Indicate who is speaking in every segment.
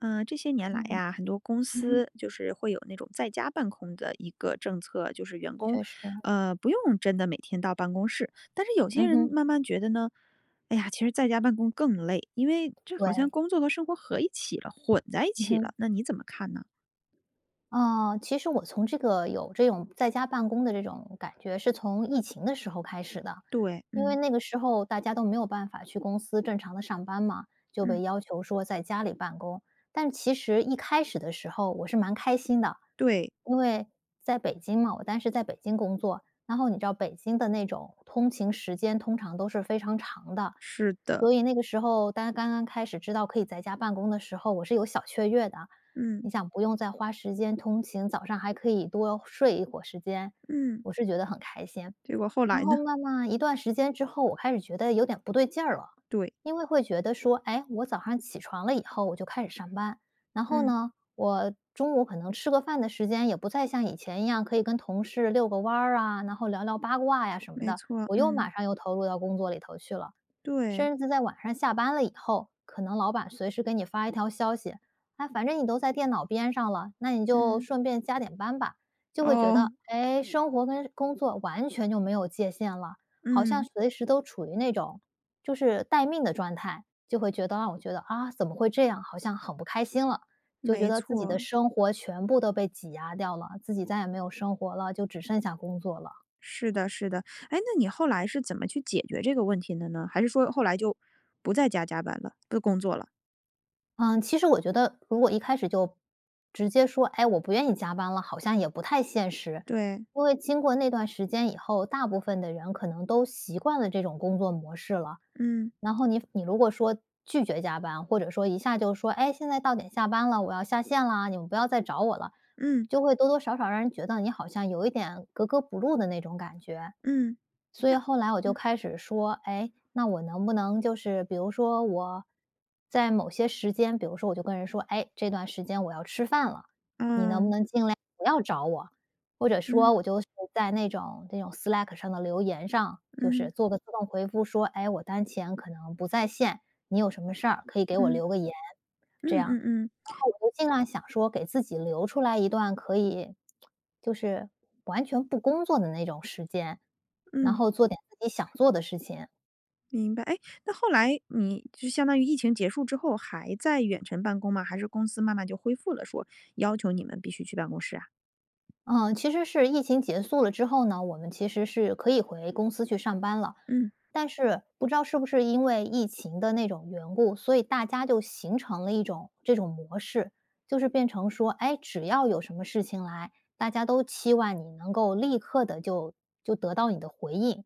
Speaker 1: 嗯，这些年来
Speaker 2: 嗯，
Speaker 1: 呀，很多公
Speaker 2: 嗯哼，
Speaker 1: 司就是会有那种在家办公的一个政策，就是员工，
Speaker 2: 确实，
Speaker 1: 不用真的每天到办公室。但是有些
Speaker 2: 嗯
Speaker 1: 人
Speaker 2: 哼，
Speaker 1: 慢慢觉得呢，哎呀，其实在家办公更累，因为这好像
Speaker 2: 对，
Speaker 1: 工作和生活合一起了，混在一
Speaker 2: 嗯
Speaker 1: 起
Speaker 2: 哼。
Speaker 1: 了。那你怎么看呢？
Speaker 2: 其实我从这个有这种在家办公的这种感觉，是从疫情的时候开始的。
Speaker 1: 对，
Speaker 2: 因为
Speaker 1: 嗯
Speaker 2: 那个时候大家都没有办法去公司正常的上班嘛，就
Speaker 1: 嗯，
Speaker 2: 被要求说在家里办公。但其实一开始的时候我是蛮开心的，
Speaker 1: 对，
Speaker 2: 因为在北京嘛，我当时在北京工作，然后你知道北京的那种通勤时间通常都是非常长的，
Speaker 1: 是的，
Speaker 2: 所以那个时候大家刚刚开始知道可以在家办公的时候，我是有小雀跃的。你
Speaker 1: 嗯
Speaker 2: 想不用再花时间通勤，早上还可以多睡一会儿时间，
Speaker 1: 嗯。
Speaker 2: 我是觉得很开心。
Speaker 1: 结果后
Speaker 2: 然
Speaker 1: 来
Speaker 2: 后
Speaker 1: 呢？
Speaker 2: 慢慢一段时间之后，我开始觉得有点不对劲儿了，
Speaker 1: 对，
Speaker 2: 因为会觉得说，哎，我早上起床了以后我就开始上班，然后
Speaker 1: 嗯，
Speaker 2: 呢，我中午可能吃个饭的时间也不再像以前一样可以跟同事遛个弯儿啊，然后聊聊八卦呀什么
Speaker 1: 没
Speaker 2: 的，
Speaker 1: 错，
Speaker 2: 我又马
Speaker 1: 嗯，
Speaker 2: 上又投入到工作里头去了。
Speaker 1: 对，
Speaker 2: 甚至在晚上下班了以后，可能老板随时给你发一条消息，哎，反正你都在电脑边上了，那你就
Speaker 1: 嗯，
Speaker 2: 顺便加点班吧，就会觉
Speaker 1: 哦，
Speaker 2: 得，哎，生活跟工作完全就没有界限了，好像
Speaker 1: 嗯，
Speaker 2: 随时都处于那种就是待命的状态，就会觉得让我觉得啊，怎么会这样，好像很不开心了。就觉
Speaker 1: 没
Speaker 2: 得自己的
Speaker 1: 错，
Speaker 2: 生活全部都被挤压掉了，自己再也没有生活了，就只剩下工作了。
Speaker 1: 是的，是的。哎，那你后来是怎么去解决这个问题的呢？还是说后来就不在家加班了，不工作了？
Speaker 2: 嗯，其实我觉得如果一开始就直接说：“哎，我不愿意加班了”，好像也不太现实。
Speaker 1: 对，
Speaker 2: 因为经过那段时间以后，大部分的人可能都习惯了这种工作模式了。
Speaker 1: 嗯
Speaker 2: 然后你如果说拒绝加班，或者说一下就说：“哎，现在到点下班了，我要下线啦，你们不要再找我了。”
Speaker 1: 嗯
Speaker 2: 就会多多少少让人觉得你好像有一点格格不入的那种感觉。
Speaker 1: 嗯
Speaker 2: 所以后来我就
Speaker 1: 嗯，
Speaker 2: 开始说，哎，那我能不能就是比如说我在某些时间，比如说我就跟人说，哎，这段时间我要吃饭了，你能不
Speaker 1: 哦，
Speaker 2: 能尽量不要找我？或者说
Speaker 1: 嗯
Speaker 2: 我就是在那种这种 Slack 上的留言上，就是
Speaker 1: 嗯
Speaker 2: 做个自动回复说，哎，我当前可能不在线，你有什么事儿可以给我
Speaker 1: 嗯
Speaker 2: 留个言，
Speaker 1: 嗯
Speaker 2: 这样。
Speaker 1: 嗯嗯
Speaker 2: 我就尽量想说给自己留出来一段可以就是完全不工作的那种时间，然
Speaker 1: 嗯，
Speaker 2: 后做点自己想做的事情。
Speaker 1: 明白。哎，那后来你就相当于疫情结束之后还在远程办公吗？还是公司慢慢就恢复了，说要求你们必须去办公室啊？
Speaker 2: 嗯，其实是疫情结束了之后呢，我们其实是可以回公司去上班了，
Speaker 1: 嗯
Speaker 2: 但是不知道是不是因为疫情的那种缘故，所以大家就形成了一种这种模式，就是变成说，哎，只要有什么事情来，大家都期望你能够立刻的就得到你的回应。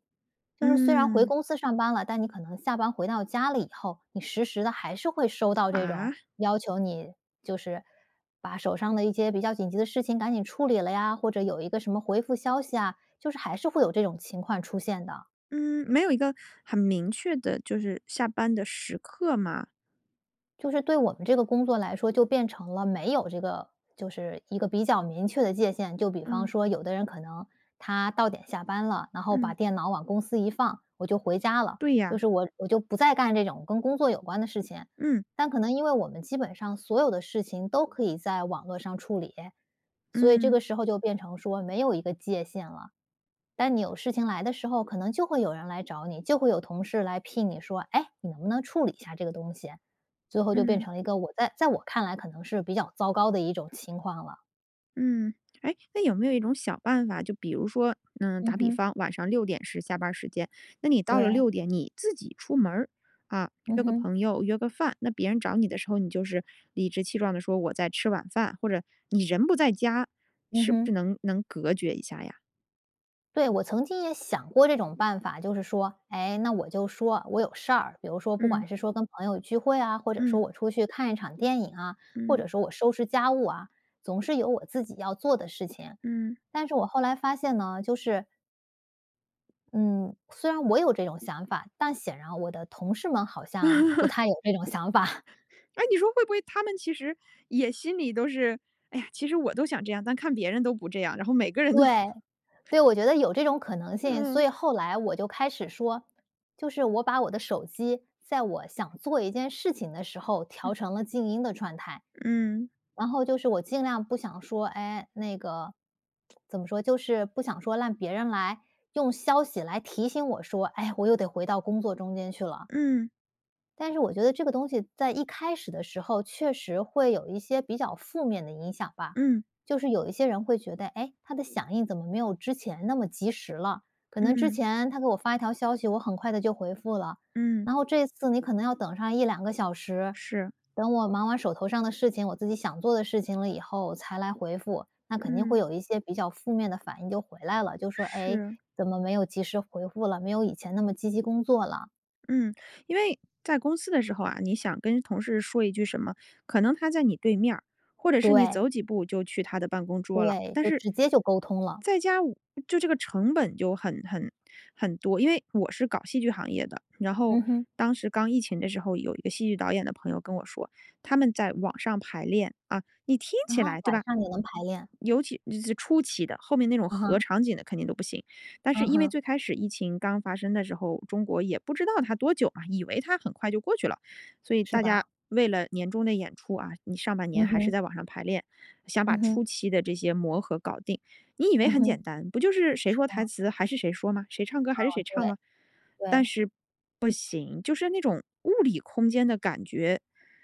Speaker 2: 就是虽然回
Speaker 1: 嗯
Speaker 2: 公司上班了，但你可能下班回到家了以后，你时时的还是会收到这种
Speaker 1: 啊
Speaker 2: 要求你就是把手上的一些比较紧急的事情赶紧处理了呀，或者有一个什么回复消息啊，就是还是会有这种情况出现的。
Speaker 1: 嗯，没有一个很明确的，就是下班的时刻嘛。
Speaker 2: 就是对我们这个工作来说，就变成了没有这个就是一个比较明确的界限。就比方
Speaker 1: 嗯
Speaker 2: 说，有的人可能他到点下班了，然后把
Speaker 1: 嗯。
Speaker 2: 电脑往公司一放，我就回家了，
Speaker 1: 对
Speaker 2: 就
Speaker 1: 呀，
Speaker 2: 是我就不再干这种跟工作有关的事情。
Speaker 1: 嗯
Speaker 2: 但可能因为我们基本上所有的事情都可以在网络上处理，所以这
Speaker 1: 嗯
Speaker 2: 个时候就变成说没有一个界限了。但你有事情来的时候，可能就会有人来找你，就会有同事来聘你说：“哎，你能不能处理一下这个东西？”最后就变
Speaker 1: 嗯
Speaker 2: 成了一个我在我看来可能是比较糟糕的一种情况了。
Speaker 1: 嗯，哎，那有没有一种小办法，就比如说，嗯，
Speaker 2: 嗯
Speaker 1: 打比
Speaker 2: 哼，
Speaker 1: 方，晚上六点是下班儿时间，那你到了
Speaker 2: 对，
Speaker 1: 六点，你自己出门儿啊，
Speaker 2: 嗯
Speaker 1: 约个
Speaker 2: 哼，
Speaker 1: 朋友，约个饭，那别人找你的时候，你就是理直气壮的说我在吃晚饭，或者你人不在家，
Speaker 2: 嗯
Speaker 1: 是不
Speaker 2: 哼，
Speaker 1: 是能隔绝一下呀？
Speaker 2: 对，我曾经也想过这种办法，就是说，哎，那我就说我有事儿，比如说，不
Speaker 1: 嗯
Speaker 2: 管是说跟朋友聚会啊，或者说
Speaker 1: 嗯
Speaker 2: 我出去看一场电影啊，或
Speaker 1: 嗯
Speaker 2: 者说我收拾家务啊，总是有我自己要做的事情。
Speaker 1: 嗯，
Speaker 2: 但是我后来发现呢，就是嗯，虽然我有这种想法，但显然我的同事们好像不太有这种想法。
Speaker 1: 哎，你说会不会他们其实也心里都是，哎呀，其实我都想这样，但看别人都不这样，然后每个人都
Speaker 2: 对，对，我觉得有这种可能性，所
Speaker 1: 嗯。
Speaker 2: 以后来我就开始说，就是我把我的手机在我想做一件事情的时候调成了静音的状态，
Speaker 1: 嗯，
Speaker 2: 然后就是我尽量不想说，哎，那个怎么说，就是不想说让别人来用消息来提醒我说，哎，我又得回到工作中间去了。
Speaker 1: 嗯，
Speaker 2: 但是我觉得这个东西在一开始的时候，确实会有一些比较负面的影响吧。
Speaker 1: 嗯，
Speaker 2: 就是有一些人会觉得，哎，他的响应怎么没有之前那么及时了？可
Speaker 1: 嗯，
Speaker 2: 能之
Speaker 1: 嗯，
Speaker 2: 前他给我发一条消息，我很快的就回复了，
Speaker 1: 嗯
Speaker 2: 然后这次你可能要等上一两个小时，
Speaker 1: 是，
Speaker 2: 等我忙完手头上的事情，我自己想做的事情了以后才来回复，那肯定会
Speaker 1: 嗯，
Speaker 2: 有一些比较负面的反应就回来了，就说，哎，
Speaker 1: 是。
Speaker 2: 怎么没有及时回复了？没有以前那么积极工作了？
Speaker 1: 嗯，因为在公司的时候啊，你想跟同事说一句什么，可能他在你对面儿或者是你
Speaker 2: 对，
Speaker 1: 走几步就去他的办公桌了。
Speaker 2: 对，
Speaker 1: 但
Speaker 2: 就
Speaker 1: 是
Speaker 2: 直接就沟通了，
Speaker 1: 在家我就这个成本就很多，因为我是搞戏剧行业的，然后
Speaker 2: 嗯哼，
Speaker 1: 当时刚疫情的时候，有一个戏剧导演的朋友跟我说，他们在网上排练啊，你听
Speaker 2: 然
Speaker 1: 起
Speaker 2: 后
Speaker 1: 来对
Speaker 2: 晚
Speaker 1: 吧？
Speaker 2: 上也能排练，
Speaker 1: 尤其就是初期的，后面那种
Speaker 2: 嗯
Speaker 1: 合
Speaker 2: 哼，
Speaker 1: 场景的肯定都不行。但是
Speaker 2: 嗯
Speaker 1: 因为
Speaker 2: 哼，
Speaker 1: 最开始疫情刚发生的时候，中国也不知道它多久嘛，以为它很快就过去了，所以
Speaker 2: 是
Speaker 1: 大家
Speaker 2: 的，
Speaker 1: 为了年终的演出啊，你上半年
Speaker 2: 嗯
Speaker 1: 还是
Speaker 2: 哼，
Speaker 1: 在网上排练，想把
Speaker 2: 嗯
Speaker 1: 初
Speaker 2: 哼，
Speaker 1: 期的这些磨合搞定。你以为
Speaker 2: 嗯
Speaker 1: 很简
Speaker 2: 哼，
Speaker 1: 单，不就是谁说台词还是谁说吗？谁唱歌还是
Speaker 2: 哦，
Speaker 1: 谁
Speaker 2: 对，
Speaker 1: 唱吗？但
Speaker 2: 对，
Speaker 1: 是不行，就是那种物理空间的感觉，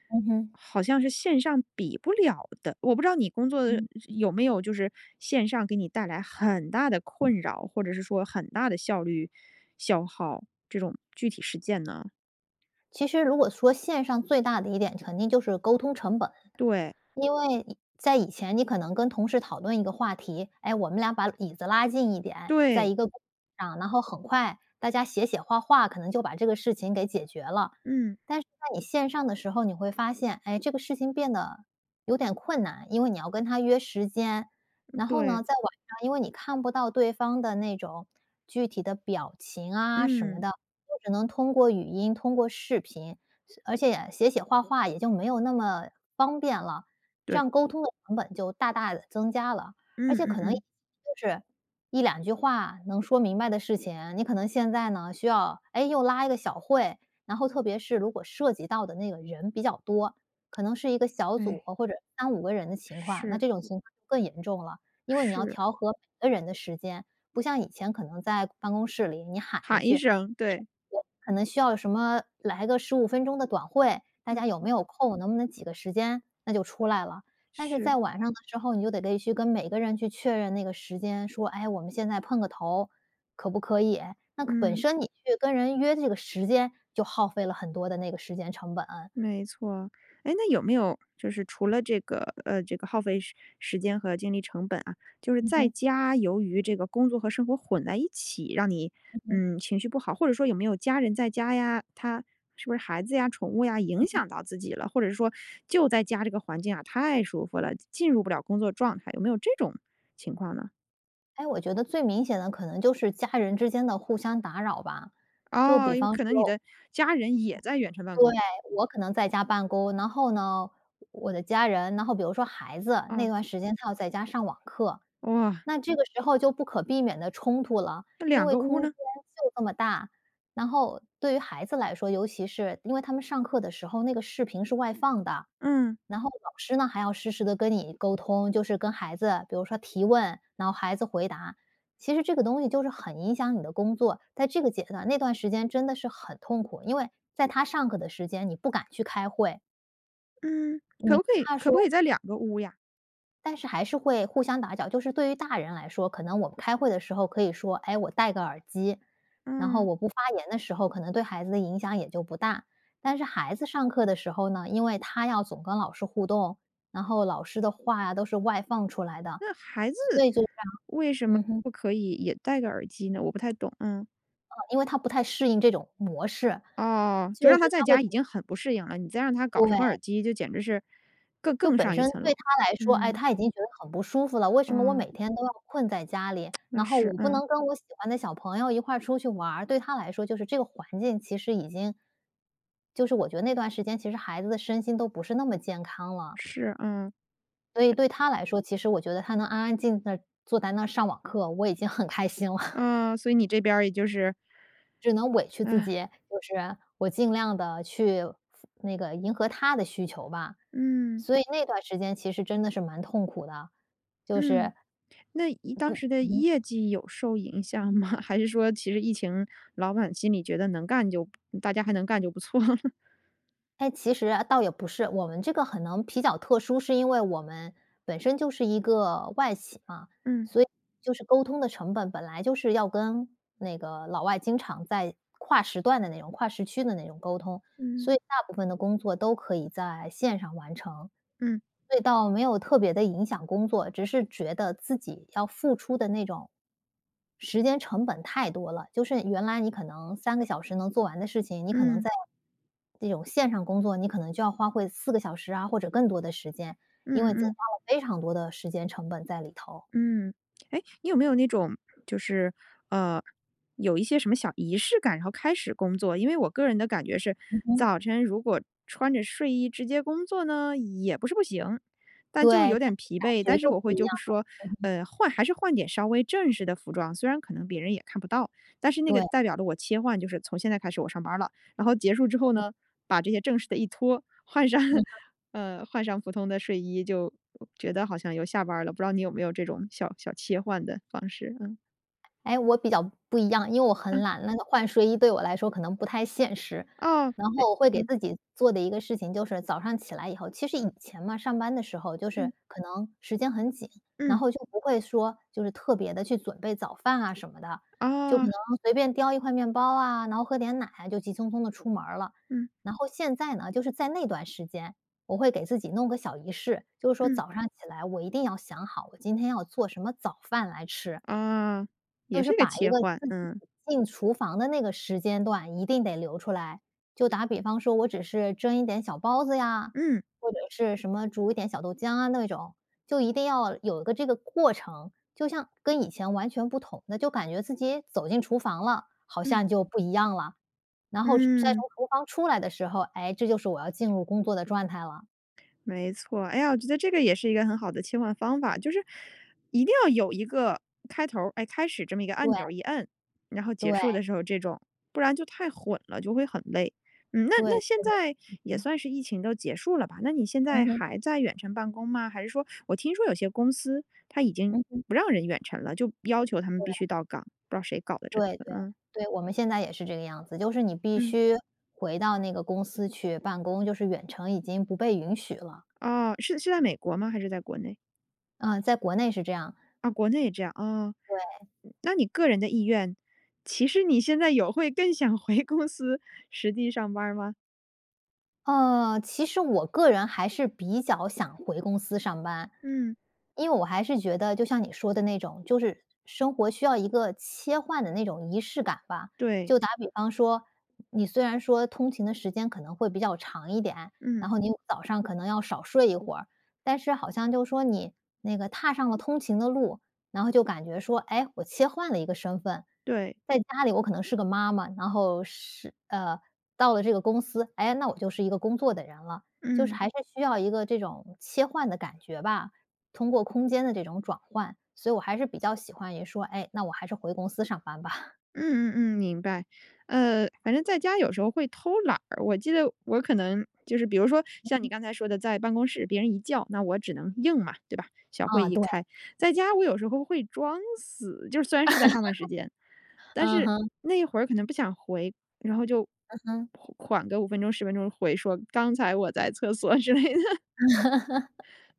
Speaker 2: 嗯哼，
Speaker 1: 好像是线上比不了的。我不知道你工作的
Speaker 2: 嗯。
Speaker 1: 有没有就是线上给你带来很大的困扰，或者是说很大的效率消耗这种具体实践呢？
Speaker 2: 其实如果说线上最大的一点，肯定就是沟通成本。
Speaker 1: 对
Speaker 2: 因为在以前你可能跟同事讨论一个话题，哎，我们俩把椅子拉近一点，在
Speaker 1: 对，
Speaker 2: 一个公屏上，然后很快大家写写画画，可能就把这个事情给解决了。
Speaker 1: 嗯，
Speaker 2: 但是在你线上的时候，你会发现，哎，这个事情变得有点困难，因为你要跟他约时间，然后
Speaker 1: 对，
Speaker 2: 呢，在晚上，因为你看不到对方的那种具体的表情啊什么
Speaker 1: 嗯，
Speaker 2: 的，就只能通过语音、通过视频，而且写写画画也就没有那么方便了。这
Speaker 1: 对，
Speaker 2: 样沟通的成本就大大的增加了。而
Speaker 1: 嗯
Speaker 2: 且
Speaker 1: 嗯
Speaker 2: 可能就
Speaker 1: 嗯，
Speaker 2: 是一两句话能说明白的事情，你可能现在呢需要，哎，又拉一个小会，然后特别是如果涉及到的那个人比较多，可能是一个小组
Speaker 1: 哎，
Speaker 2: 或者三五个人的情况，那
Speaker 1: 是
Speaker 2: 这种情况就更严重了。因为你要
Speaker 1: 是，
Speaker 2: 调和每个人的时间，不像以前可能在办公室里你喊一
Speaker 1: 喊一
Speaker 2: 句
Speaker 1: 声，对，
Speaker 2: 可能需要什么来个15分钟的短会，大
Speaker 1: 嗯。
Speaker 2: 家有没有空，能不能挤个时间，那就出来了。但是在
Speaker 1: 是，
Speaker 2: 晚上的时候，你就得去跟每个人去确认那个时间，说：“哎，我们现在碰个头，可不可以？”那本
Speaker 1: 嗯，
Speaker 2: 身你去跟人约这个时间，就耗费了很多的那个时间成本。
Speaker 1: 没错。哎，那有没有就是除了这个，这个耗费时间和精力成本啊，就是
Speaker 2: 嗯
Speaker 1: 在
Speaker 2: 哼，
Speaker 1: 家由于这个工作和生活混在一起，让你，
Speaker 2: 嗯哼。
Speaker 1: 嗯，情绪不好，或者说有没有家人在家呀，他是不是孩子呀、宠物呀影响到自己了，或者是说就在家这个环境啊，太舒服了，进入不了工作状态，有没有这种情况呢？
Speaker 2: 哎，我觉得最明显的可能就是家人之间的互相打扰吧。就比
Speaker 1: 哦，因为
Speaker 2: 方
Speaker 1: 可能你
Speaker 2: 说，
Speaker 1: 的家人也在远程办
Speaker 2: 对，
Speaker 1: 公，
Speaker 2: 我可能在家办公，然后呢，我的家人，然后比如说孩子，那
Speaker 1: 啊，
Speaker 2: 段时间他要在家上网课，
Speaker 1: 哇，
Speaker 2: 那这个时候就不可避免的冲突了，
Speaker 1: 那
Speaker 2: 因
Speaker 1: 两
Speaker 2: 为
Speaker 1: 个
Speaker 2: 空
Speaker 1: 屋
Speaker 2: 间
Speaker 1: 呢？
Speaker 2: 就这么大。然后对于孩子来说，尤其是因为他们上课的时候，那个视频是外放的，
Speaker 1: 嗯。
Speaker 2: 然后老师呢，还要实时的跟你沟通，就是跟孩子，比如说提问，然后孩子回答。其实这个东西就是很影响你的工作，在这个阶段那段时间真的是很痛苦，因为在他上课的时间，你不敢去开会，
Speaker 1: 嗯，可
Speaker 2: 你
Speaker 1: 不
Speaker 2: 会
Speaker 1: 可以
Speaker 2: 怕
Speaker 1: 可
Speaker 2: 说
Speaker 1: 不可以在两个屋呀？
Speaker 2: 但是还是会互相打搅。就是对于大人来说，可能我们开会的时候可以说：“哎，我戴个耳机。”然后
Speaker 1: 嗯，
Speaker 2: 我不发言的时候，可能对孩子的影响也就不大。但是孩子上课的时候呢，因为他要总跟老师互动，然后老师的话呀都是外放出来的，
Speaker 1: 那孩子
Speaker 2: 所以就这样。
Speaker 1: 为什么
Speaker 2: 嗯哼，
Speaker 1: 不可以也戴个耳机呢？我不太懂。嗯，
Speaker 2: 因为他不太适应这种模式，
Speaker 1: 哦，就
Speaker 2: 就
Speaker 1: 让
Speaker 2: 是
Speaker 1: 他在
Speaker 2: 他会
Speaker 1: 家
Speaker 2: 觉
Speaker 1: 已
Speaker 2: 得，
Speaker 1: 经很不适应了，你再让他搞什么耳
Speaker 2: 对。
Speaker 1: 机，就简直是更
Speaker 2: 就
Speaker 1: 更
Speaker 2: 本
Speaker 1: 上一
Speaker 2: 身
Speaker 1: 层
Speaker 2: 对
Speaker 1: 楼。
Speaker 2: 他来说，哎，
Speaker 1: 嗯，
Speaker 2: 他已经觉得很不舒服了，为什么我
Speaker 1: 啊，
Speaker 2: 每天都要困在家里，
Speaker 1: 那
Speaker 2: 然后我
Speaker 1: 是，
Speaker 2: 不
Speaker 1: 嗯，
Speaker 2: 能跟我喜欢的小朋友一块儿出去玩儿，对他来说就是这个环境其实已经，就是我觉得那段时间其实孩子的身心都不是那么健康了，
Speaker 1: 是，嗯，
Speaker 2: 所以对他来说，其实我觉得他能安安静的坐在那儿上网课，我已经很开心了。
Speaker 1: 啊，所以你这边儿也就是，
Speaker 2: 只能委屈自
Speaker 1: 啊，
Speaker 2: 己，就是我尽量的去那个迎合他的需求吧。
Speaker 1: 嗯
Speaker 2: 所以那段时间其实真的是蛮痛苦的，就
Speaker 1: 嗯，
Speaker 2: 是
Speaker 1: 那一当时的
Speaker 2: 嗯。
Speaker 1: 业绩有受影响吗？还是说其实疫情，老板心里觉得能干就大家还能干就不错了？
Speaker 2: 哎，其实啊倒也不是，我们这个可能比较特殊，是因为我们本身就是一个外企嘛，
Speaker 1: 嗯。
Speaker 2: 所以就是沟通的成本本来就是要跟那个老外经常在跨时段的那种、跨时区的那种沟通，
Speaker 1: 嗯
Speaker 2: 所以大部分的工作都可以在线上完成。
Speaker 1: 嗯
Speaker 2: 对，倒没有特别的影响工作，只是觉得自己要付出的那种时间成本太多了。就是原来你可能三个小时能做完的事情，你可能
Speaker 1: 嗯
Speaker 2: 在这种线上工作，你可能就要花费四个小时啊，或者更多的时间，
Speaker 1: 嗯
Speaker 2: 因为增加
Speaker 1: 嗯
Speaker 2: 了非常多的时间成本在里头。
Speaker 1: 嗯，嗯，哎，你有没有那种就是呃，有一些什么小仪式感，然后开始工作？因为我个人的感觉是，
Speaker 2: 嗯哼，
Speaker 1: 早晨如果穿着睡衣直接工作呢，也不是不行，但
Speaker 2: 对，
Speaker 1: 就
Speaker 2: 感
Speaker 1: 有点疲惫。
Speaker 2: 觉
Speaker 1: 但是
Speaker 2: 就
Speaker 1: 我
Speaker 2: 不
Speaker 1: 会
Speaker 2: 一
Speaker 1: 就
Speaker 2: 样，
Speaker 1: 说，
Speaker 2: 嗯哼，
Speaker 1: 换还是换点稍微正式的服装，虽然可能别人也看不到，但是那个
Speaker 2: 对。
Speaker 1: 代表了我切换，就是从现在开始我上班了。然后结束之后呢，把这些正式的一脱，换上 换上普通的睡衣，就觉得好像又下班了。不知道你有没有这种小小切换的方式？嗯，
Speaker 2: 哎，我比较不一样，因为我很
Speaker 1: 嗯，
Speaker 2: 懒，那个换睡衣对我来说可能不太现实。
Speaker 1: 哦，
Speaker 2: 然后我会给
Speaker 1: 嗯，
Speaker 2: 自己做的一个事情就是早上起来以后，其实以前嘛，上班的时候就是
Speaker 1: 嗯，
Speaker 2: 可能时间很紧，然
Speaker 1: 嗯，
Speaker 2: 后就不会说就是特别的去准备早饭啊什么的，就可
Speaker 1: 哦，
Speaker 2: 能随便叼一块面包啊，然后喝点奶啊，就急匆匆的出门儿了。
Speaker 1: 嗯，
Speaker 2: 然后现在呢，就是在那段时间，我会给自己弄个小仪式，就是说
Speaker 1: 嗯，
Speaker 2: 早上起来我一定要想好我今天要做什么早饭来吃。
Speaker 1: 啊，
Speaker 2: 就
Speaker 1: 也
Speaker 2: 是
Speaker 1: 是一个
Speaker 2: 把一
Speaker 1: 切
Speaker 2: 个
Speaker 1: 换，
Speaker 2: 自己
Speaker 1: 嗯，
Speaker 2: 进厨房的那个时间段一定得留出来。就打比方说，我只是蒸一点小包子呀，
Speaker 1: 嗯，
Speaker 2: 或者是什么煮一点小豆浆啊那种，就一定要有一个这个过程，就像跟以前完全不同的，就感觉自己走进厨房了，好
Speaker 1: 嗯，
Speaker 2: 像就不一样了。然后再从
Speaker 1: 嗯。
Speaker 2: 厨房出来的时候，哎，这就是我要进入工作的状态了。
Speaker 1: 没错，哎呀，我觉得这个也是一个很好的切换方法，就是一定要有一个开头儿，哎，开始这么一个按钮儿
Speaker 2: 对
Speaker 1: 一摁，然后结
Speaker 2: 对
Speaker 1: 束的时候这种，不然就太混了，就会很累。嗯，那
Speaker 2: 对，
Speaker 1: 那现在也
Speaker 2: 嗯，
Speaker 1: 算是疫情都结束了吧？那你现
Speaker 2: 嗯
Speaker 1: 在
Speaker 2: 哼，嗯哼，
Speaker 1: 还在远程办公吗？还是说我听说有些公司他已经不让人远程了，就要求他们必须到岗，不知道谁搞的这策。
Speaker 2: 对对，
Speaker 1: 嗯
Speaker 2: 对，我们现在也是这个样子，就是你必
Speaker 1: 嗯，
Speaker 2: 须回到那个公司去办公，就是远程已经不被允许了。
Speaker 1: 哦，是在美国吗？还是在国内？
Speaker 2: 嗯，在国内是这样，
Speaker 1: 啊，国内也这样啊。哦
Speaker 2: 对。
Speaker 1: 那你个人的意愿，其实你现在有会更想回公司实地上班儿吗？
Speaker 2: 其实我个人还是比较想回公司上班，
Speaker 1: 嗯。
Speaker 2: 因为我还是觉得就像你说的那种，就是生活需要一个切换的那种仪式感吧。
Speaker 1: 对，
Speaker 2: 就打比方说，你虽然说通勤的时间可能会比较长一点，然
Speaker 1: 嗯，
Speaker 2: 后你早上可能要少睡一会儿，但是好像就说你那个踏上了通勤的路，然后就感觉说，哎，我切换了一个身份，
Speaker 1: 对，
Speaker 2: 在家里我可能是个妈妈，然后是到了这个公司，哎，那我就是一个工作的人了，就是
Speaker 1: 嗯。
Speaker 2: 还是需要一个这种切换的感觉吧，通过空间的这种转换，所以我还是比较喜欢于说，哎，那我还是回公司上班吧。
Speaker 1: 嗯嗯嗯，明白。反正在家有时候会偷懒儿，我记得我可能就是比如说像你刚才说的，在办公室别人一叫，那我只能应嘛，对吧？小会
Speaker 2: 啊，
Speaker 1: 一
Speaker 2: 对，
Speaker 1: 开，在家我有时候会装死，就是虽然是在上班时间，但
Speaker 2: 嗯
Speaker 1: 是
Speaker 2: 哼，
Speaker 1: 那一会儿可能不想回，然后就
Speaker 2: 嗯哼，
Speaker 1: 缓缓个5分钟、10分钟回说刚才我在厕所之类的。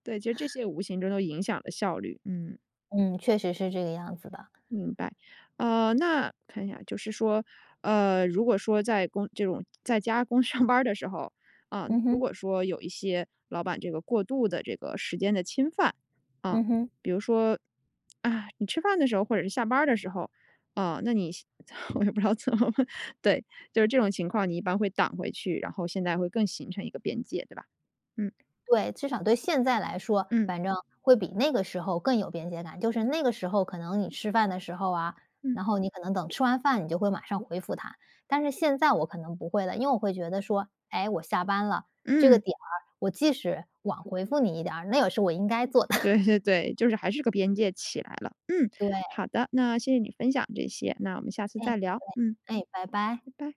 Speaker 1: 对，其实这些无形中都影响了效率。嗯。
Speaker 2: 嗯，确实是这个样子的，
Speaker 1: 明白，那看一下，就是说，如果说这种在家公上班儿的时候，啊，
Speaker 2: 嗯
Speaker 1: 如
Speaker 2: 哼，
Speaker 1: 果说有一些老板这个过度的这个时间的侵犯，啊，
Speaker 2: 嗯哼。
Speaker 1: 比如说，啊，你吃饭的时候或者是下班儿的时候，啊，那你 我也不知道怎么问，对，就是这种情况，你一般会挡回去，然后现在会更形成一个边界，对吧？嗯
Speaker 2: 对，至少对现在来说，
Speaker 1: 嗯
Speaker 2: 反正会比那个时候更有边界感。就是那个时候可能你吃饭的时候啊，
Speaker 1: 嗯
Speaker 2: 然后你可能等吃完饭你就会马上回复他，但是现在我可能不会了，因为我会觉得说，哎，我下班了，这个
Speaker 1: 嗯。
Speaker 2: 点儿我即使晚回复你一点儿，那也是我应该做的。
Speaker 1: 对 对对，就是还是个边界起来了。嗯，
Speaker 2: 对，
Speaker 1: 好的，那谢谢你分享这些，那我们下次
Speaker 2: 哎，
Speaker 1: 再聊。嗯，
Speaker 2: 哎，拜拜。
Speaker 1: 拜拜。